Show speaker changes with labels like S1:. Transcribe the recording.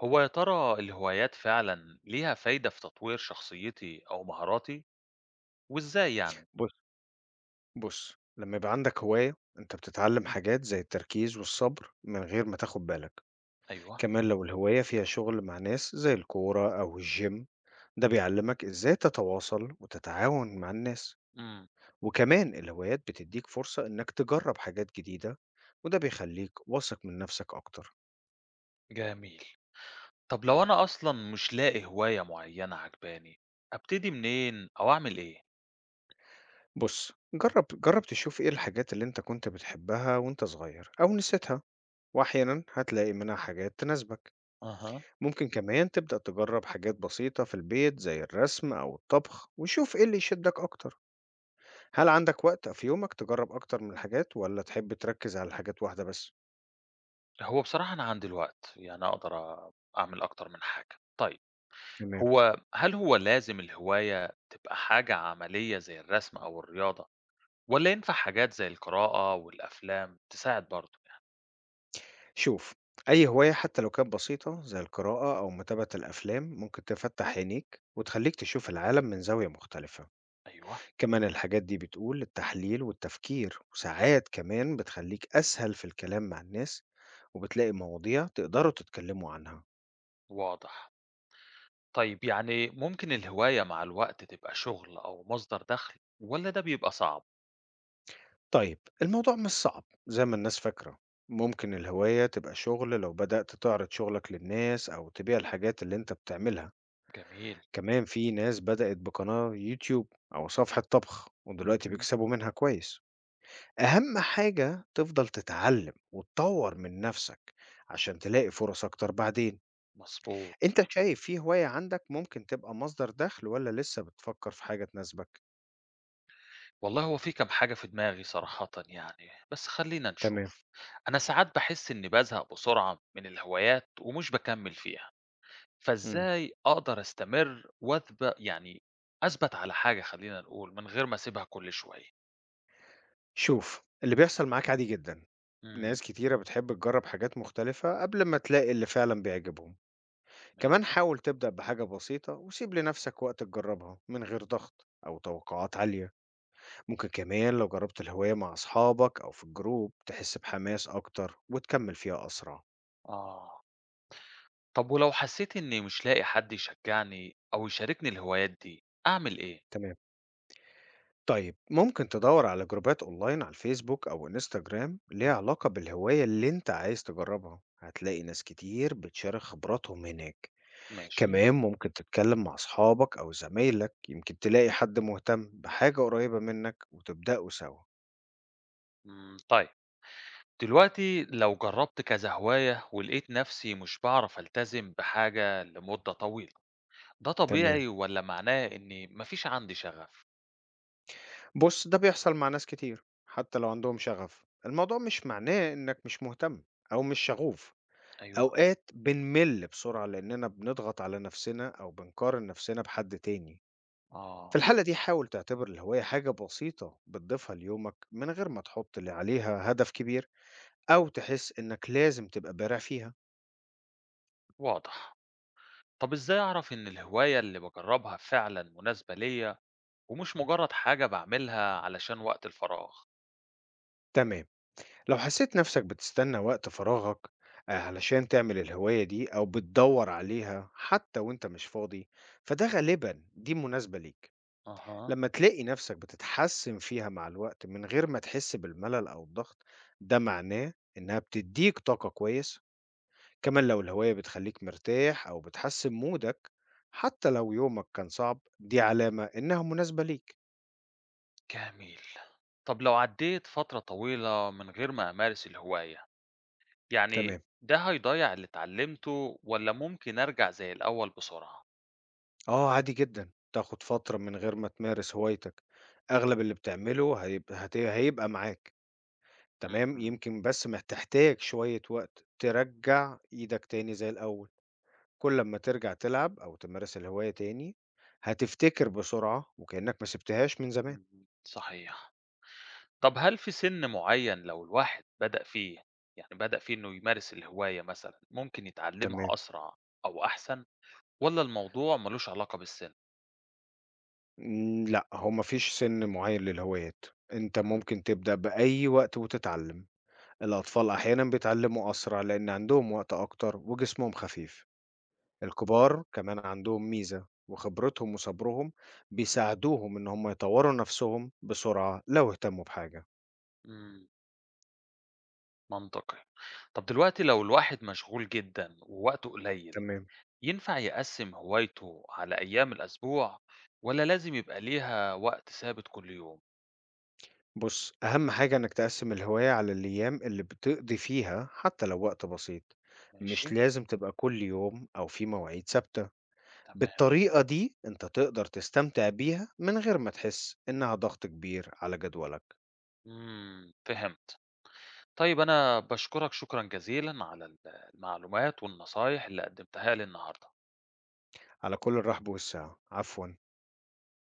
S1: هو يا ترى الهوايات فعلا ليها فايدة في تطوير شخصيتي أو مهاراتي وإزاي يعني؟
S2: بُص بُص، لمّا يبقى عندك هواية، أنت بتتعلم حاجات زي التركيز والصبر من غير ما تاخد بالك،
S1: أيوه.
S2: كمان لو الهواية فيها شغل مع ناس زي الكورة أو الgym ده بيعلمك إزاي تتواصل وتتعاون مع الناس،
S1: امم.
S2: وكمان الهوايات بتديك فرصة إنك تجرب حاجات جديدة، وده بيخليك واثق من نفسك أكتر.
S1: جميل. طب لو أنا أصلا مش لاقي هواية معينة عجباني أبتدي منين أو أعمل إيه؟
S2: بُص، جرب جرب تشوف إيه الحاجات اللي أنت كنت بتحبها وأنت صغير أو نسيتها، وأحيانًا هتلاقي منها حاجات تناسبك.
S1: أها.
S2: ممكن كمان تبدأ تجرب حاجات بسيطة في البيت زي الرسم أو الطبخ وشوف إيه اللي يشدك أكتر. هل عندك وقت في يومك تجرب أكتر من الحاجات ولا تحب تركز على حاجات واحدة بس؟
S1: هو بصراحة أنا عندي الوقت يعني أقدر أعمل أكتر من حاجة. طيب.
S2: تمام.
S1: هل هو لازم الهواية تبقى حاجة عملية زي الرسم أو الرياضة ولا ينفع حاجات زي القراءة والأفلام تساعد برضه يعني؟
S2: شوف، أي هواية حتى لو كانت بسيطة زي القراءة أو متابعة الأفلام ممكن تفتح عينيك وتخليك تشوف العالم من زاوية مختلفة.
S1: أيوه.
S2: كمان الحاجات دي بتقول التحليل والتفكير وساعات كمان بتخليك أسهل في الكلام مع الناس، وبتلاقي مواضيع تقدروا تتكلموا عنها.
S1: واضح. طيب يعني ممكن الهواية مع الوقت تبقى شغل أو مصدر دخل ولا ده بيبقى صعب؟
S2: طيب، الموضوع مش صعب زي ما الناس فاكرة. ممكن الهواية تبقى شغل لو بدأت تعرض شغلك للناس أو تبيع الحاجات اللي أنت بتعملها.
S1: جميل.
S2: كمان في ناس بدأت بقناة يوتيوب أو صفحة طبخ ودلوقتي
S1: مهم.
S2: بيكسبوا منها كويس. أهم حاجة تفضل تتعلم وتطور من نفسك عشان تلاقي فرص أكتر بعدين.
S1: مظبوط.
S2: أنت شايف في هواية عندك ممكن تبقى مصدر دخل ولا لسه بتفكر في حاجة تناسبك؟
S1: والله هو في كم حاجة في دماغي صراحة يعني بس خلينا
S2: تمام.
S1: نشوف. أنا ساعات بحس إني بزهق بسرعة من الهوايات ومش بكمل فيها،
S2: مم.
S1: فإزاي أقدر أستمر وأثبت يعني أثبت على حاجة، خلينا نقول من غير ما أسيبها كل شوية.
S2: شوف، اللي بيحصل معاك عادي جدا.
S1: امم.
S2: ناس كتيرة بتحب تجرب حاجات مختلفة قبل ما تلاقي اللي فعلا بيعجبهم. كمان
S1: ماشي.
S2: حاول تبدأ بحاجة بسيطة وسيب لنفسك وقت تجربها من غير ضغط أو توقعات عالية. ممكن كمان لو جربت الهواية مع أصحابك أو في الجروب تحس بحماس أكتر وتكمل فيها أسرع.
S1: آه. طب ولو حسيت إني مش لاقي حد يشجعني أو يشاركني الهوايات دي، أعمل إيه؟
S2: تمام. طيب ممكن تدور على جروبات أونلاين على الفيسبوك أو انستجرام
S1: اهم،
S2: ليها علاقة بالهواية اللي أنت عايز تجربها، هتلاقي ناس كتير بتشارك خبراتهم هناك.
S1: ماشي،
S2: كمان ممكن تتكلم مع أصحابك أو زمايلك، يمكن تلاقي حد مهتم بحاجة قريبة منك وتبدأوا سوا.
S1: إمم، طيب. دلوقتي لو جربت كذا هواية ولقيت نفسي مش باعرف ألتزم بحاجة لمدة طويلة، ده
S2: تمام.
S1: طبيعي والّا معناه إني ما فيش عندي شغف؟
S2: بص، ده بيحصل مع ناس كتير، حتى لو عندهم شغف الموضوع مش معناه إنك مش مهتم أو مش شغوف.
S1: أيوه،
S2: أوقات بنمل بسرعة لأننا بنضغط على نفسنا أو بنقارن نفسنا بحد تاني. في
S1: آه،
S2: الحالة دي حاول تعتبر الهواية حاجة بسيطة بتضيفها ليومك من غير ما تحط اللي عليها هدف كبير أو تحس إنك لازم تبقى بارع فيها.
S1: واضح. طب إزاي أعرف إن الهواية اللي باجربها فعلًا مناسبة ليّا ومش مجرد حاجة باعملها علشان وقت الفراغ؟
S2: تمام. لو حسيت نفسك بتستنى وقت فراغك آه، علشان تعمل الهواية دي، أو بتدور عليها حتى وانت مش فاضي، فده غالبا دي مناسبة ليك.
S1: أها.
S2: لما تلاقي نفسك بتتحسن فيها مع الوقت من غير ما تحس بالملل أو الضغط، ده معناه إنها بتديك طاقة كويس. كمان لو الهواية بتخليك مرتاح أو بتحسن مودك حتى لو يومك كان صعب، دي علامة إنها مناسبة ليك.
S1: جميل. طب لو عدّيت فترة طويلة من غير ما أمارس الهواية،
S2: تمام.
S1: يعني ده هيضيّع اللي اتعلّمته والّا ممكن أرجع زي الأول بسرعة؟
S2: آه، عادي جدًا، تاخد فترة من غير ما تمارس هوايتك، أغلب اللي بتعمله هيبقى هيبقى معاك، تمام،
S1: اهم،
S2: يمكن بس تحتاج شوية وقت ترجّع إيدك تاني زي الأول. كل أمّا ترجع تلعب أو تمارس الهواية تاني، هتفتكر بسرعة وكإنك ما سِبتهاش من زمان.
S1: اهم، صحيح. طب هل في سِن معيّن لو الواحد بدأ فيه، يعني بدأ فيه إنه يمارس الهواية مثلًا، ممكن يتعلّمها
S2: تمام.
S1: أسرع أو أحسن والّا الموضوع ما لوش علاقة بالسِن؟
S2: لأ، هو ما فيش سِن معيّن للهوايات، أنت
S1: إمم،
S2: ممكن تبدأ بأي وقت وتتعلّم. الأطفال أحيانًا بيتعلّموا أسرع لإن عندهم وقت أكتر وجسمهم خفيف. الكبار كمان عندهم ميزة، وخبرتهم وصبرهم بيساعدوهم إن هم يطوروا نفسهم بسرعة لو اهتموا بحاجة.
S1: إمم، منطقي. طب دلوقتي لو الواحد مشغول جدًا ووقته قليل
S2: تمام.
S1: ينفع يقسم هوايته على أيام الأسبوع ولا لازم يبقى ليها وقت ثابت كل يوم؟
S2: بص، أهم حاجة إنك تقسم الهواية على الأيام اللي بتقضي فيها حتى لو وقت بسيط.
S1: ماشي،
S2: مش لازم تبقى كل يوم أو في مواعيد ثابتة.
S1: تمام.
S2: بالطريقة دي أنت تقدر تستمتع بيها من غير ما تحس إنها ضغط كبير على جدولك.
S1: إمم، فهمت. طيب أنا باشكرك شكرًا جزيلًا على المعلومات والنصايح اللي قدمتها لي النهارده.
S2: على كل، الرحب والسعة، عفوا.